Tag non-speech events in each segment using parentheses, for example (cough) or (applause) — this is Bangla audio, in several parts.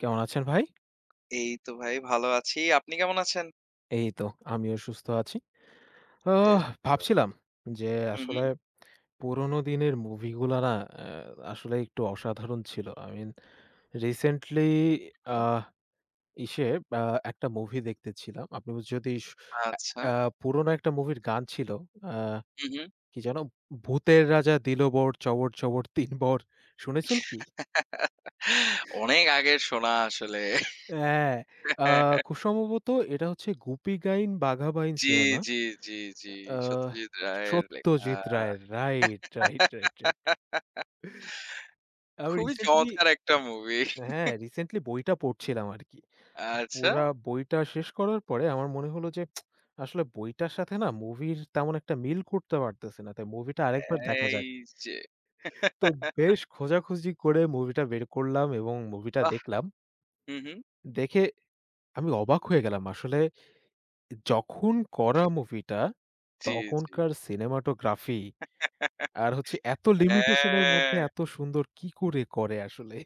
কেমন আছেন ভাই? এই তো ভাই ভালো আছি। আপনি কেমন আছেন? এই তো আমিও সুস্থ আছি। আহ বেশ ভালো। ভাবছিলাম যে হু, হু, আসলে পুরোনো দিনের মুভিগুলা না, আ আসলে একটু অসাধারণ ছিল। I mean, রিসেন্টলি হু। আহ ইসে আ একটা মুভি দেখতেছিলাম। আপনি যদি স আচ্ছা। আ পুরোনো একটা মুভির গান ছিল। আ হু, হু। কি যেন? ভূতের রাজা দিল বর চবর, চবর ৩ বর। শুনেছেন কি? অনেক আগের শোনা আসলে। হ্যাঁ, আ খুব সম্ভবত এটা হচ্ছে গুপি গাইন বাঘা বাইন জি, সিনেমা। জি, জি, জি। আহ সত্যজিৎ রায়ের লেখা। সত্যজিৎ রায়ের। Right, right, right, right. আমি খুবই রিসেন্টলি চমৎকার একটা মুভি। হ্যাঁ, রিসেন্টলি বইটা পড়ছিলাম আরকি। আচ্ছা, পুরা বইটা শেষ করার পরে আমার মনে হলো যে আসলে বইটার সাথে না মুভির তেমন একটা মিল করতে পারতেছি না। তাই মুভিটা আরেকবার দেখা এই যাক। যে তো বেশ খোঁজাখুঁজি করে মুভিটা বের করলাম এবং মুভিটা বাহ! দেখলাম। হু, হু। দেখে আমি অবাক হয়ে গেলাম। আসলে যখন করা মুভিটা, জি, জি। তখনকার সিনেমাটোগ্রাফি আর হচ্ছে এত লিমিটেশন এর মধ্যে হ্যাঁ। এত সুন্দর কি করে করে আসলে?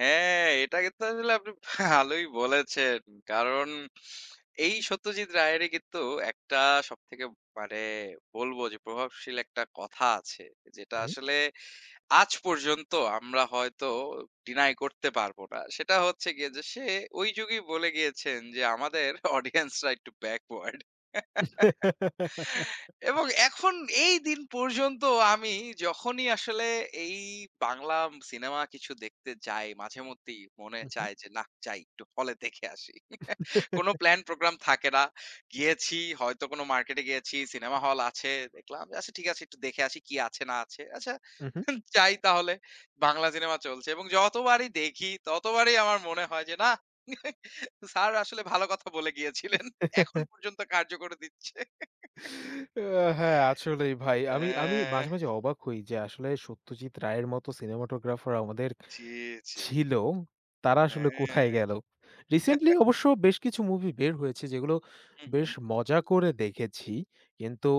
হ্যাঁ, এটা কিন্তু আসলে আপনি ভালোই বলেছেন। কারণ এই সত্যজিৎ রায়েরই কিন্তু একটা সবথেকে মানে বলব যে প্রভাবশীল একটা কথা আছে। যেটা হুম? আসলে আজ পর্যন্ত আমরা হয়তো ডিনাই করতে পারব না। সেটা হচ্ছে গিয়ে যে সে ওই যুগেই বলে গিয়েছেন যে, "আমাদের (laughs) অডিয়েন্সরা একটু ব্যাকওয়ার্ড।" এবং এখন এই দিন পর্যন্ত আমি যখনই আসলে এই বাংলা সিনেমা কিছু দেখতে যাই, মাঝে মধ্যেই মনে উহু, চায় যে নাহ যাই একটু হলে দেখে আসি। (laughs) কোন প্ল্যান প্রোগ্রাম থাকে না। গিয়েছি হয়তো কোন মার্কেটে গিয়েছি, সিনেমা হল আছে। দেখলাম যে আচ্ছা ঠিক আছে একটু দেখে আসি কি আছে না আছে। আচ্ছা উহু। (laughs) যাই তাহলে বাংলা সিনেমা চলছে এবং যতবারই দেখি ততবারই আমার মনে হয় যে নাহ (laughs) স্যার আসলে ভালো কথা বলে গিয়েছিলেন। এখন (laughs) পর্যন্ত কার্যকর দিচ্ছে। আ হ্যাঁ, আসলেই ভাই। আমি আমি অ্যা মাঝে, মাঝে অবাক হই যে আসলে সত্যজিৎ রায়ের মতো সিনেমাটোগ্রাফার আমাদের জি, জি। ছিল, তারা আসলে কোথায় হ্যাঁ। গেল? রিসেন্টলি অবশ্য বেশ কিছু মুভি বের হয়েছে, যেগুলো হু, হু। বেশ মজা করে দেখেছি। কিন্তু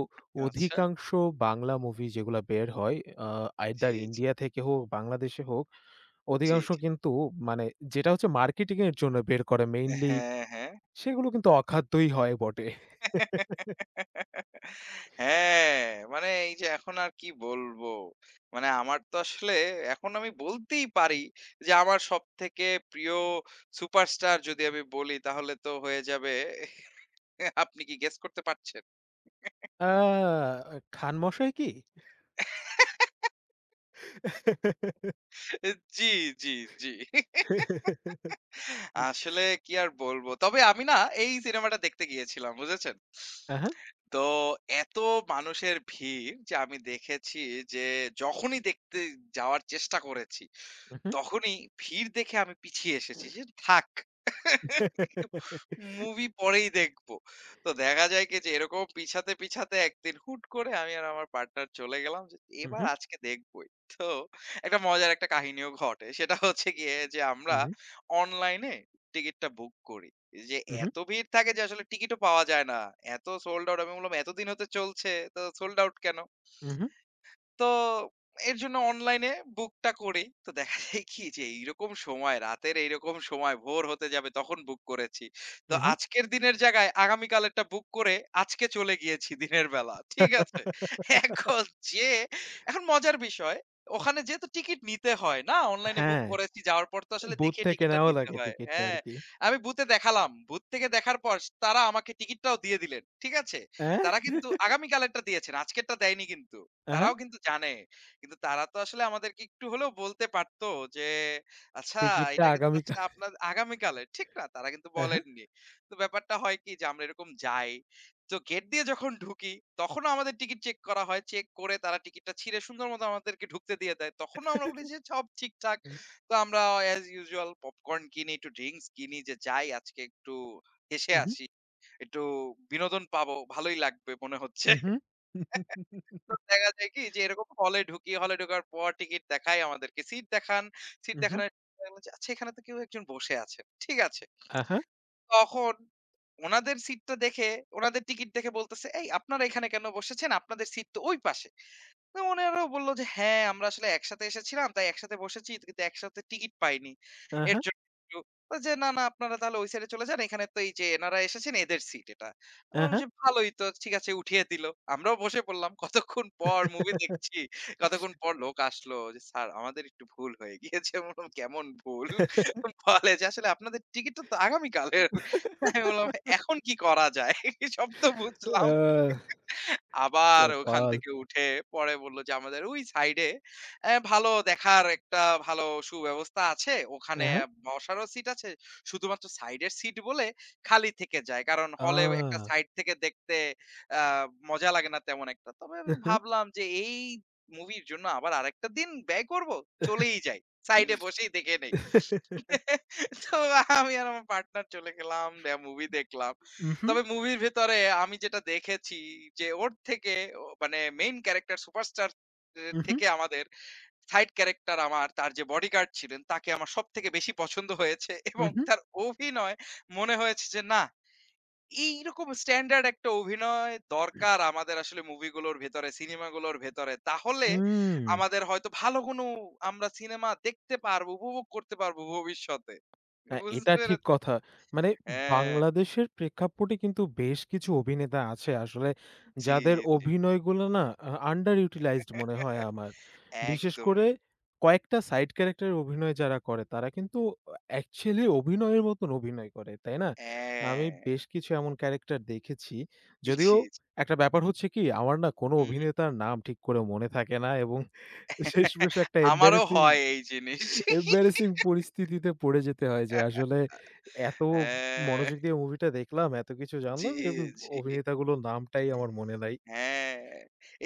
আচ্ছা। অধিকাংশ বাংলা মুভি যেগুলা বের হয়, আ আইদার জি, জি, ইন্ডিয়া থেকে হোক, বাংলাদেশে হোক, জি, অধিকাংশ জি। কিন্তু মানে যেটা হচ্ছে মার্কেটিং এর জন্য বের করে মেইনলি, হ্যাঁ, হ্যাঁ। সেগুলো কিন্তু অখাদ্যই হয় বটে। হ্যাঁ, মানে এই যে এখন আর কি বলবো? মানে আমার তো আসলে এখন আমি বলতেই পারি যে আমার সবথেকে প্রিয় সুপারস্টার যদি আমি বলি তাহলে তো হয়ে যাবে আপনি কি গেস করতে পারছেন? আ খান মশাই কি? জি, জি, জি। আসলে কি আর বলবো? তবে আমি না এই সিনেমাটা দেখতে গিয়েছিলাম, বুঝেছেন? আ হ্যাঁ, তো এত মানুষের ভিড় যে আমি দেখেছি যে যখনই দেখতে যাওয়ার চেষ্টা করেছি, উহু। তখনই ভিড় দেখে আমি পিছিয়ে এসেছি যে, "থাক। মুভি পরেই দেখব।" তো দেখা যায় কি যে এরকম পিছাতে, পিছাতে একদিন হুট করে আমি আর আমার পার্টনার চলে গেলাম যে, "এবার উহু, আজকে দেখবই।" তো একটা মজার একটা কাহিনীও ঘটে। সেটা হচ্ছে গিয়ে যে আমরা উহু, অনলাইনে টিকেটটা বুক করি। যে উহু, এত ভিড় থাকে যে আসলে টিকিটও পাওয়া যায় না। এত সোল্ড আউট আমি বললাম, "এতদিন হতে চলছে, তো সোল্ড আউট কেন?" উহু, তো এর জন্য অনলাইনে বুকটা করি। তো দেখা যায় কি যে এইরকম সময়, রাতের এইরকম সময় ভোর হতে যাবে তখন বুক করেছি। তো উহু। আজকের দিনের জায়গায় আগামীকালেরটা বুক করে আজকে চলে গিয়েছি দিনের বেলা। ঠিক আছে? এখন যেয়ে এখন মজার বিষয় ওখানে যেয়ে তো টিকিট নিতে হয় না? অনলাইনে বুক হ্যাঁ, করেছি যাওয়ার পর তো আসলে বুথ দেখে থেকে টিকিটটা নেওয়া নিতে লাগে হয়। টিকিটটা হ্যাঁ, আরকি। আমি বুথে দেখালাম। বুথ থেকে দেখার পর তারা আমাকে টিকিটটাও দিয়ে দিলেন। ঠিক আছে? অ্যা? আ তারা কিন্তু হ্যাঁ, আগামীকালেরটা দিয়েছেন। আজকেরটা দেয়নি কিন্তু। আহা, তারাও কিন্তু জানে। কিন্তু তারা তো আসলে আমাদেরকে একটু হলেও বলতে পারতো যে, "আচ্ছা টিকিটটা এটা কিন্তু আচ্ছা আগামীকাল আপনার আগামীকালের।" ঠিক না? তারা কিন্তু আ হ্যাঁ। বলেননি। তো ব্যাপারটা হয় কি যে আমরা এরকম যাই। তো গেট দিয়ে যখন ঢুকি তখনও আমাদের টিকিট চেক করা হয়। চেক করে তারা টিকিটটা ছিঁড়ে সুন্দর মতো আমাদেরকে ঢুকতে দিয়ে দেয়। তখনও আমরা বলি যে, "সব ঠিকঠাক।" তো আমরা অ্যাজ ইউজুয়াল পপকর্ন কিনি, একটু ড্রিংকস কিনি যে যাই আজকে একটু হেসে উহু, আসি। একটু বিনোদন পাবো। ভালোই লাগবে মনে হচ্ছে। উহু, দেখা যায় কি যে এরকম হলে ঢুকি, হলে ঢোকার পর টিকিট দেখায় আমাদেরকে। সিট দেখান, সিট উহু, দেখানোর পর বলছে, আচ্ছা এখানে তো কেউ একজন বসে আছে। ঠিক আছে। আহা, তখন ওনাদের সিটটা দেখে, ওনাদের টিকিট দেখে বলতেছে, "এই আপনারা এখানে কেন বসেছেন? আপনাদের সিট তো ওই পাশে।" তো ওনারা বলল যে, "হ্যাঁ, আমরা আসলে একসাথে এসেছিলাম। তাই একসাথে বসেছি। কিন্তু একসাথে টিকিট পাইনি। এর আহা, জন্য একটু" তো যে, "না, না আপনারা তাহলে ওই সাইডে চলে যান। এখানে তো এই যে এনারা এসেছেন এদের সিট এটা।" আমি বললাম আহা। যে, "ভালোই তো। ঠিক আছে" উঠিয়ে দিল। আমরাও বসে পড়লাম। কতক্ষণ পর মুভি দেখছি। কতক্ষণ পর লোক আসলো যে, "স্যার আমাদের একটু ভুল হয়ে গিয়েছে।" আমি বললাম, "কেমন ভুল?" বলে যে, "আসলে আপনাদের টিকিটটা তো আগামীকালের।" আমি বললাম, আহ "এখন কি করা যায়? সব তো বুঝলাম।" আবার ওখান কপাল। থেকে উঠে পরে বলল যে আমাদের ওই সাইডে ভালো দেখার একটা ভালো সুব্যবস্থা আছে ওখানে এহে, বসারও সিট আছে শুধুমাত্র সাইডের সিট বলে খালি থেকে যায় কারণ হলে একটা আ সাইড থেকে দেখতে মজা লাগে না তেমন একটা তবে আমি ভাবলাম যে এই মুভির জন্য আবার আরেকটা দিন ব্যয় করব চলেই যাই সাইডে বসেই দেখে নেই তো আমি আর আমার পার্টনার চলে গেলাম মুভি দেখলাম। উহু, উহু, তবে মুভির ভেতরে আমি যেটা দেখেছি যে ওর থেকে ও মানে মেইন ক্যারেক্টার সুপারস্টার এর থেকে আমাদের সাইড ক্যারেক্টার আমার তার যে বডিগার্ড ছিলেন তাকে আমার সবথেকে বেশি পছন্দ হয়েছে উহু, এবং উহু, তার অভিনয় মনে হয়েছে যে না এইরকম স্ট্যান্ডার্ড একটা অভিনয় দরকার আমাদের আসলে মুভিগুলোর ভেতরে, সিনেমাগুলোর ভেতরে। তাহলে হুম। আমাদের হয়তো ভালো কোনো আমরা সিনেমা দেখতে পারবো, উপভোগ করতে পারবো ভবিষ্যতে। হ্যাঁ, এটা বুঝতে ঠিক পেরেছেন? কথা। মানে হ্যাঁ, বাংলাদেশের প্রেক্ষাপটে কিন্তু বেশ কিছু অভিনেতা আছে আসলে, জি, যাদের জি। অভিনয়গুলো না আন্ডার ইউটিলাইজড মনে হয় আমার। বিশেষ করে একদমই। কয়েকটা সাইড ক্যারেক্টারের অভিনয় যারা করে তারা কিন্তু অ্যাকচুয়ালি অভিনয়ের মতন অভিনয় করে, তাই না? আমি হ্যাঁ, বেশ কিছু এমন ক্যারেক্টার দেখেছি। যদিও জি, জি। একটা ব্যাপার হচ্ছে কি, আমার না কোনো হু, হু। অভিনেতার নাম ঠিক করে মনে থাকে না এবং শেষমেশ একটা আমারও embarrassing হয় এই জিনিস। এম্বারাসিং পরিস্থিতিতে পড়ে যেতে হয় যে আসলে এত হ্যাঁ, মনোযোগ দিয়ে মুভিটা দেখলাম, এত কিছু জি, জানলাম এবং জি। অভিনেতাগুলোর নামটাই আমার মনে নাই। হ্যাঁ,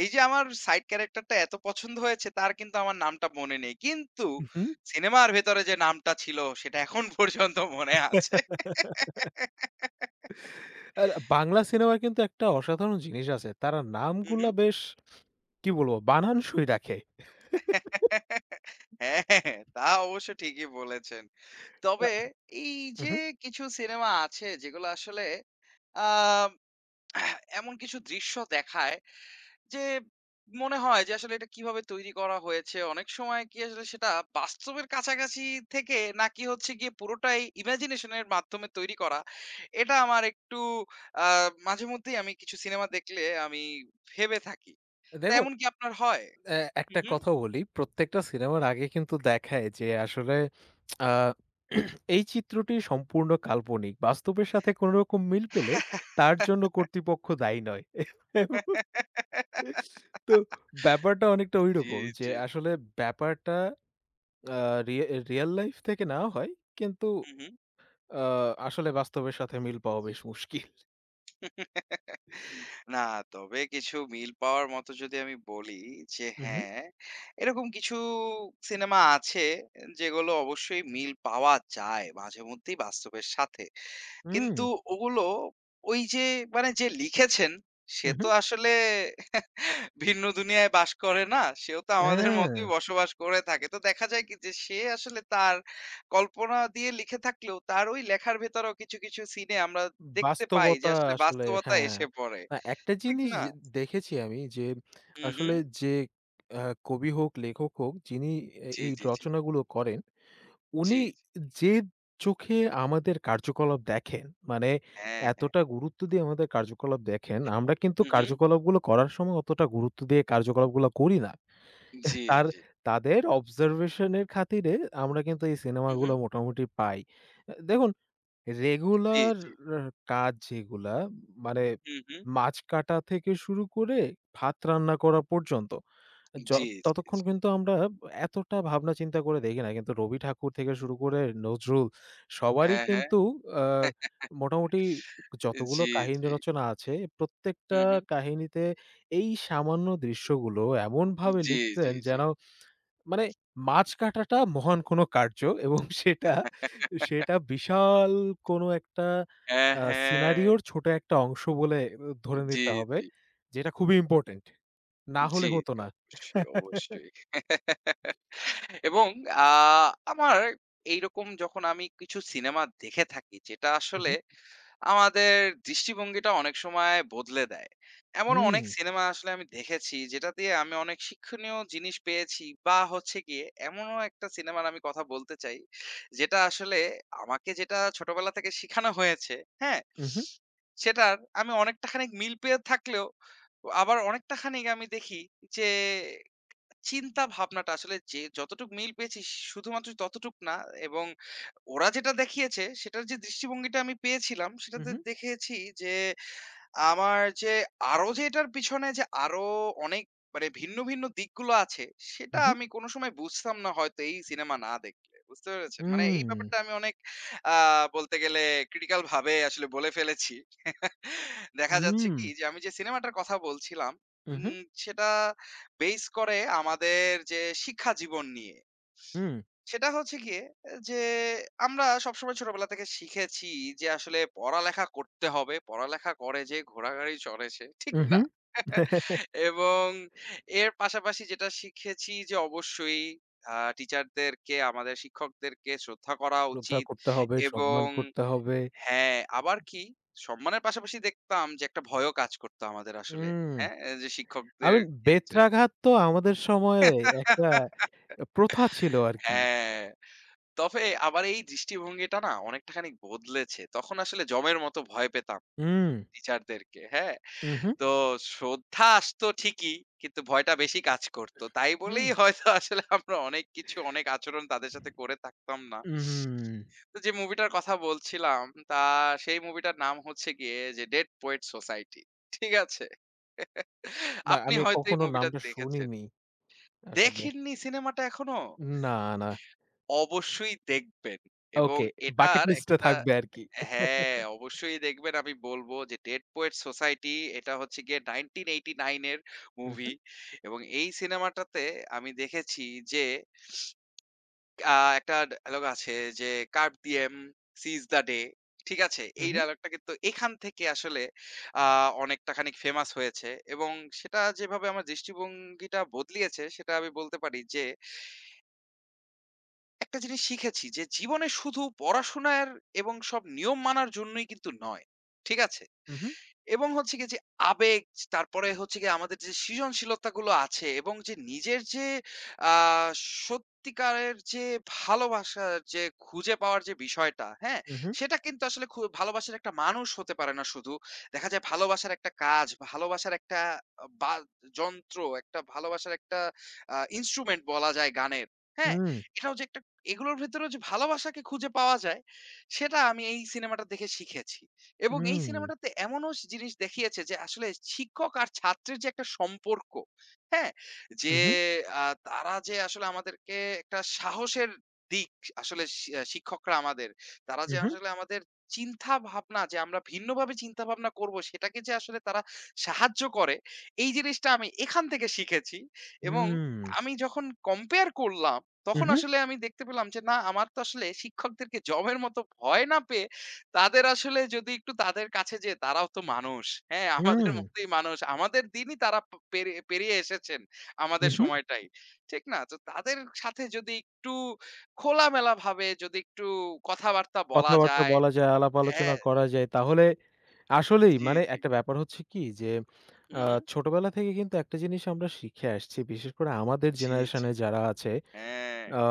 এই যে আমার সাইড ক্যারেক্টারটা এত পছন্দ হয়েছে তার কিন্তু আমার নামটা মনে নেই। কিন্তু উহু। সিনেমার ভেতরে যে নামটা ছিল সেটা এখন (laughs) পর্যন্ত মনে আছে। (laughs) আর বাংলা সিনেমার কিন্তু একটা অসাধারণ জিনিস আছে। তারা হু, হু। নামগুলা বেশ কি বলবো, বানানসই রাখে। (laughs) হ্যাঁ, হ্যাঁ, তা অবশ্য ঠিকই বলেছেন। আ তবে এই যে উহু। কিছু সিনেমা আছে যেগুলো আসলে আ এমন কিছু দৃশ্য দেখায় যে মনে হয় যে আসলে এটা কিভাবে তৈরি করা হয়েছে? অনেক সময় কি আসলে সেটা বাস্তবের কাছাকাছি থেকে নাকি হচ্ছে গিয়ে পুরোটাই ইমাজিনেশন এর মাধ্যমে তৈরি করা? এটা আমার একটু আ মাঝেমধ্যেই আমি কিছু সিনেমা দেখলে আমি ভেবে থাকি। তা দেখো, এমন কি আপনার হয়? অ্যা হু, একটা হু। কথা বলি, প্রত্যেকটা সিনেমার আগে কিন্তু দেখায় যে আসলে আ এই চিত্রটি সম্পূর্ণ কাল্পনিক। বাস্তবের সাথে কোন রকম মিল পেলে তার জন্য কর্তৃপক্ষ দায়ী নয়। (laughs) তো ব্যাপারটা অনেকটা জি, ঐরকম যে জি। আসলে ব্যাপারটা আ রিয়া রিয়াল লাইফ থেকে নেওয়া হয়। কিন্তু হু, হু। আ আসলে বাস্তবের সাথে মিল পাওয়া বেশ মুশকিল। না, তবে কিছু মিল পাওয়ার মতো যদি আমি বলি যে উহু, হ্যাঁ, এরকম কিছু সিনেমা আছে যেগুলো অবশ্যই মিল পাওয়া যায় মাঝেমধ্যেই বাস্তবের সাথে। হুম, কিন্তু ওগুলো ওই যে মানে যে লিখেছেন সে উহু, তো আসলে (laughs) ভিন্ন দুনিয়ায় বাস করে না। সেও তো আমাদের হ্যাঁ। মতোই বসবাস করে থাকে। তো দেখা যায় কি যে সে আসলে তার কল্পনা দিয়ে লিখে থাকলেও তার ওই লেখার ভেতরেও কিছু, কিছু সিনে আমরা দেখতে পাই যে বাস্তবতা আসলে আসলে বাস্তবতা হ্যাঁ। এসে পড়ে। না, একটা ঠিক জিনিস না। যে দেখেছি আমি, যে হুম, আসলে হুম। যে আ কবি হোক, লেখক হোক, যিনি জি, এই জি, জি, রচনাগুলো করেন, জি, উনি জি। যে চোখে আমাদের কার্যকলাপ দেখেন, মানে হ্যাঁ, হ্যাঁ। এতটা গুরুত্ব দিয়ে আমাদের কার্যকলাপ দেখেন, আমরা কিন্তু হুম, হুম। কার্যকলাপগুলো করার সময় অতটা গুরুত্ব দিয়ে কার্যকলাপগুলো করি না। জি, তার জি। তাদের অবজারভেশন এর খাতিরে আমরা কিন্তু এই হুম, সিনেমাগুলো হুম। মোটামুটি পাই। দেখুন, জি, রেগুলার জি। আ কাজ যেগুলা মানে হুম, হুম। মাছ কাটা থেকে শুরু করে ভাত রান্না করা পর্যন্ত। য জি, জি, ততক্ষণ জি। কিন্তু আমরা এতটা ভাবনা চিন্তা করে দেখি না। কিন্তু রবি ঠাকুর থেকে শুরু করে নজরুল সবারই হ্যাঁ, হ্যাঁ। কিন্তু আ (laughs) মোটামুটি যতগুলো জি, কাহিনী জি। রচনা আছে, প্রত্যেকটা হুম, হুম। কাহিনীতে এই সামান্য দৃশ্যগুলো এমনভাবে জি, লিখছেন জি, জি। যেন মানে মাছ কাটাটা মহান কোনো কার্য এবং (laughs) সেটা বিশাল কোনো একটা হ্যাঁ, হ্যাঁ। সিনারিও র ছোট একটা অংশ বলে ধরে জি, নিতে হবে। জি। যেটা খুবই ইম্পোর্টেন্ট। না জি, হলে হতো জি। না। অবশ্যই, অবশ্যই। (laughs) এবং আ আমার এইরকম যখন আমি কিছু সিনেমা দেখে থাকি যেটা আসলে উহু, আমাদের দৃষ্টিভঙ্গিটা অনেক সময় বদলে দেয়। এমন হুম, অনেক সিনেমা আসলে আমি দেখেছি যেটা দিয়ে আমি অনেক শিক্ষণীয় জিনিস পেয়েছি বা হচ্ছে গিয়ে এমনও একটা সিনেমার আমি কথা বলতে চাই, যেটা আসলে আমাকে যেটা ছোটবেলা থেকে শিখানো হয়েছে, হ্যাঁ? উহু, সেটার আমি অনেকটা খানিক মিল পেয়ে থাকলেও আবার অনেকটা খানিক আমি দেখি যে চিন্তা ভাবনাটা আসলে যে যতটুকু মিল পেয়েছি শুধুমাত্র ততটুক না এবং ওরা যেটা দেখিয়েছে সেটার যে দৃষ্টিভঙ্গিটা আমি পেয়েছিলাম সেটাতে উহু, দেখেছি যে আমার যে আরো যে এটার পিছনে যে আরো অনেক মানে ভিন্ন ভিন্ন দিকগুলো আছে সেটা উহু, আমি কোনো সময় বুঝতাম না হয়তো এই সিনেমা না দেখলে। বুঝতে পেরেছেন? মানে এই উম, ব্যাপারটা আমি অনেক আ বলতে গেলে ক্রিটিক্যাল ভাবে আসলে বলে ফেলেছি। দেখা যাচ্ছে উম, কি যে আমি যে সিনেমাটার কথা বলছিলাম উহু, সেটা বেইস করে আমাদের যে শিক্ষা জীবন নিয়ে। হুম, সেটা হচ্ছে গিয়ে যে আমরা সবসময় ছোটবেলা থেকে শিখেছি যে আসলে পড়ালেখা করতে হবে পড়ালেখা করে যে ঘোড়াগাড়ি চড়ে সে ঠিক উহু। না এবং এর পাশাপাশি যেটা শিখেছি যে অবশ্যই টিচারদেরকে আমাদের শিক্ষকদেরকে শ্রদ্ধা করা শ্রদ্ধা উচিত করতে হবে, এবং সম্মান করতে হবে। হ্যাঁ আবার কি সম্মানের পাশাপাশি দেখতাম যে একটা ভয়ও কাজ করতো আমাদের আসলে উম, হ্যাঁ যে I শিক্ষকদের mean ক্ষেত্রে বেত্রাঘাত তো আমাদের সময়ে একটা (laughs) প্রথা ছিল আরকি। হ্যাঁ তবে আমার এই দৃষ্টিভঙ্গিটা না অনেকটা খানিক বদলেছে। তখন আসলে যমের মতো ভয় পেতাম উম, টিচারদেরকে, হ্যাঁ? উহু। তো শ্রদ্ধা আসতো ঠিকই, কিন্তু ভয়টা বেশি কাজ করত। তাই হুম। বলেই (laughs) হয়তো আসলে আমরা অনেক কিছু, অনেক আচরণ তাদের সাথে করে থাকতাম না। উহুম। তো যে মুভিটার কথা বলছিলাম, তা সেই মুভিটার নাম হচ্ছে গিয়ে যে 'Dead Poets Society' ঠিক আছে? (laughs) না, আপনি আমি হয়তো এই কখনো মুভিটা নামটা দেখেছেন। শুনিনি আসলে। দেখেননি সিনেমাটা এখনো? না, না। অবশ্যই দেখবেন এবং ওকে, বাকেট এটার লিস্টে একটা থাকবে আরকি। হ্যাঁ, অবশ্যই দেখবেন। আমি বলব যে 'Dead Poets Society' এটা হচ্ছে গিয়ে 1989 এর উহু, মুভি এবং এই সিনেমাটাতে আমি দেখেছি যে আ একটা ডায়ালগ আছে যে 'Carpe Diem, Seize the Day' ঠিক আছে? এই উহু, ডায়ালগটা কিন্তু এখান থেকে আসলে আ অনেকটা খানিক ফেমাস হয়েছে এবং সেটা যেভাবে আমার দৃষ্টিভঙ্গিটা বদলিয়েছে সেটা আমি বলতে পারি যে একটা জিনিস শিখেছি যে জীবনে শুধু পড়াশোনার এবং সব নিয়ম মানার জন্যই কিন্তু নয়। ঠিক আছে? উহু, এবং হচ্ছে গিয়ে যে আবেগ, তারপরে হচ্ছে গিয়ে আমাদের যে সৃজনশীলতাগুলো আছে এবং যে নিজের যে আ সত্যিকারের যে ভালোবাসা যে খুঁজে পাওয়ার যে বিষয়টা, হ্যাঁ? উহু, সেটা কিন্তু আসলে ভালোবাসার একটা মানুষ হতে পারে না শুধু। দেখা যায় ভালোবাসার একটা কাজ, ভালোবাসার একটা আ বা যন্ত্র, একটা ভালোবাসার একটা ইন্সট্রুমেন্ট বলা যায় গানের, হ্যাঁ? উম, এটাও যে একটা এগুলোর ভেতরেও যে ভালোবাসাকে খুঁজে পাওয়া যায়, সেটা আমি এই সিনেমাটা দেখে শিখেছি। এবং এই উম, সিনেমাটাতে এমনও জিনিস দেখিয়েছে যে আসলে শিক্ষক আর ছাত্রের যে একটা সম্পর্ক, হ্যাঁ? যে উহু, তারা যে আসলে আমাদেরকে একটা সাহসের দিক আসলে শি আ শিক্ষকরা আমাদের। তারা যে উহু, আসলে আমাদের চিন্তা ভাবনা যে আমরা ভিন্নভাবে চিন্তা ভাবনা করব সেটাকে যে আসলে তারা সাহায্য করে, এই জিনিসটা আমি এখান থেকে শিখেছি। এবং উম, আমি যখন কম্পেয়ার করলাম তখন উহু, আসলে আমি দেখতে পেলাম যে না আমার তো আসলে শিক্ষকদেরকে যমের মতো ভয় না পেয়ে তাদের আসলে যদি একটু তাদের কাছে যেয়ে তারাও তো মানুষ। হ্যাঁ, আমাদের উম, মতোই মানুষ। আমাদের দিনই তারা প পেরি পেরিয়ে এসেছেন আমাদের উহু। সময়টাই। ঠিক না? তো তাদের সাথে যদি একটু খোলামেলাভাবে যদি একটু কথাবার্তা বলা কথাবার্তা যায় বলা যায়, আলাপ আলোচনা হ্যাঁ, করা যায়। তাহলে আসলেই জি, মানে জি। একটা ব্যাপার হচ্ছে কি যে, হু, আ হু। ছোটবেলা থেকে কিন্তু একটা জিনিস আমরা শিখে আসছি। বিশেষ করে আমাদের জি, জি। জেনারেশনে যারা আছে হ্যাঁ। আ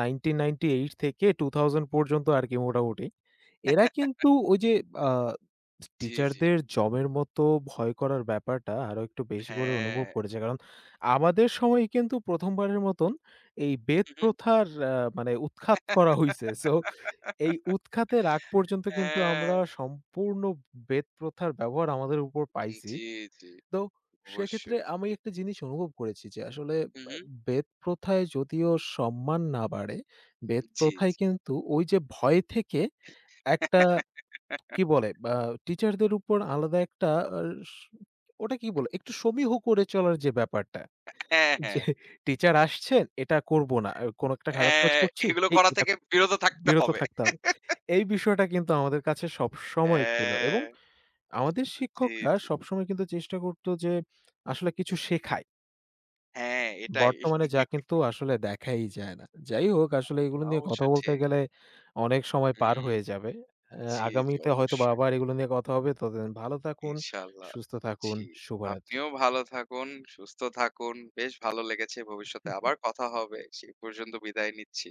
1998 থেকে 2000 পর্যন্ত আরকি মোটামুটি। এরা কিন্তু ওই যে আ জি, জি। টিচারদের জমের মতো ভয় করার ব্যাপারটা আরো একটু বেশি করে অনুভব হ্যাঁ। করেছে। কারণ আমাদের সময়ে কিন্তু ১ম বারের মতন এই বেদ হু, হু। প্রথার মানে উৎখাত করা হইছে। সো এই উৎখাতের আগ পর্যন্ত কিন্তু হ্যাঁ। আমরা সম্পূর্ণ বেদ প্রথার ব্যবহার আমাদের উপর উম পাইছি। জি, জি। তো সেক্ষেত্রে অবশ্যই। আমি একটা জিনিস অনুভব করেছি যে আসলে হু, হু। আ বেদ প্রথায় যদিও সম্মান না বাড়ে, বেদ জি, প্রথায় জি। কিন্তু ওই যে ভয় থেকে একটা (laughs) কি বলে টিচারদের উপর আলাদা একটা আর স ওটা কি বলে একটু সমীহ করে চলার যে ব্যাপারটা। হ্যাঁ, যে হ্যাঁ। টিচার আসছেন, এটা করব না। কোন একটা খারাপ কাজ হ্যাঁ, করছি, এগুলো এই করা এটা থেকে বিরত থাকতে বিরত হবে। থাকতে হবে। এই বিষয়টা কিন্তু আমাদের কাছে সবসময় ছিল এবং হ্যাঁ, আমাদের জি, শিক্ষকরা জি। সবসময় কিন্তু চেষ্টা করতো যে আসলে কিছু শেখায়। হ্যাঁ, এটাই। বর্তমানে যা কিন্তু আসলে দেখাই যায় না। যাই হোক, আসলে এগুলো নিয়ে অবশ্য কথা বলতে ঠিক। গেলে অনেক সময় পার হুম, হয়ে যাবে। অ্যা, জি, জি, আগামীতে হয়তোবা অবশ্যই। আবার এগুলো নিয়ে কথা হবে। ততদিন ভালো থাকুন, ইনশাআল্লাহ। সুস্থ থাকুন। জি। শুভরাত্রি। আপনিও ভালো থাকুন, সুস্থ থাকুন। বেশ ভালো লেগেছে। ভবিষ্যতে আবার কথা হবে। সেই পর্যন্ত বিদায় নিচ্ছি।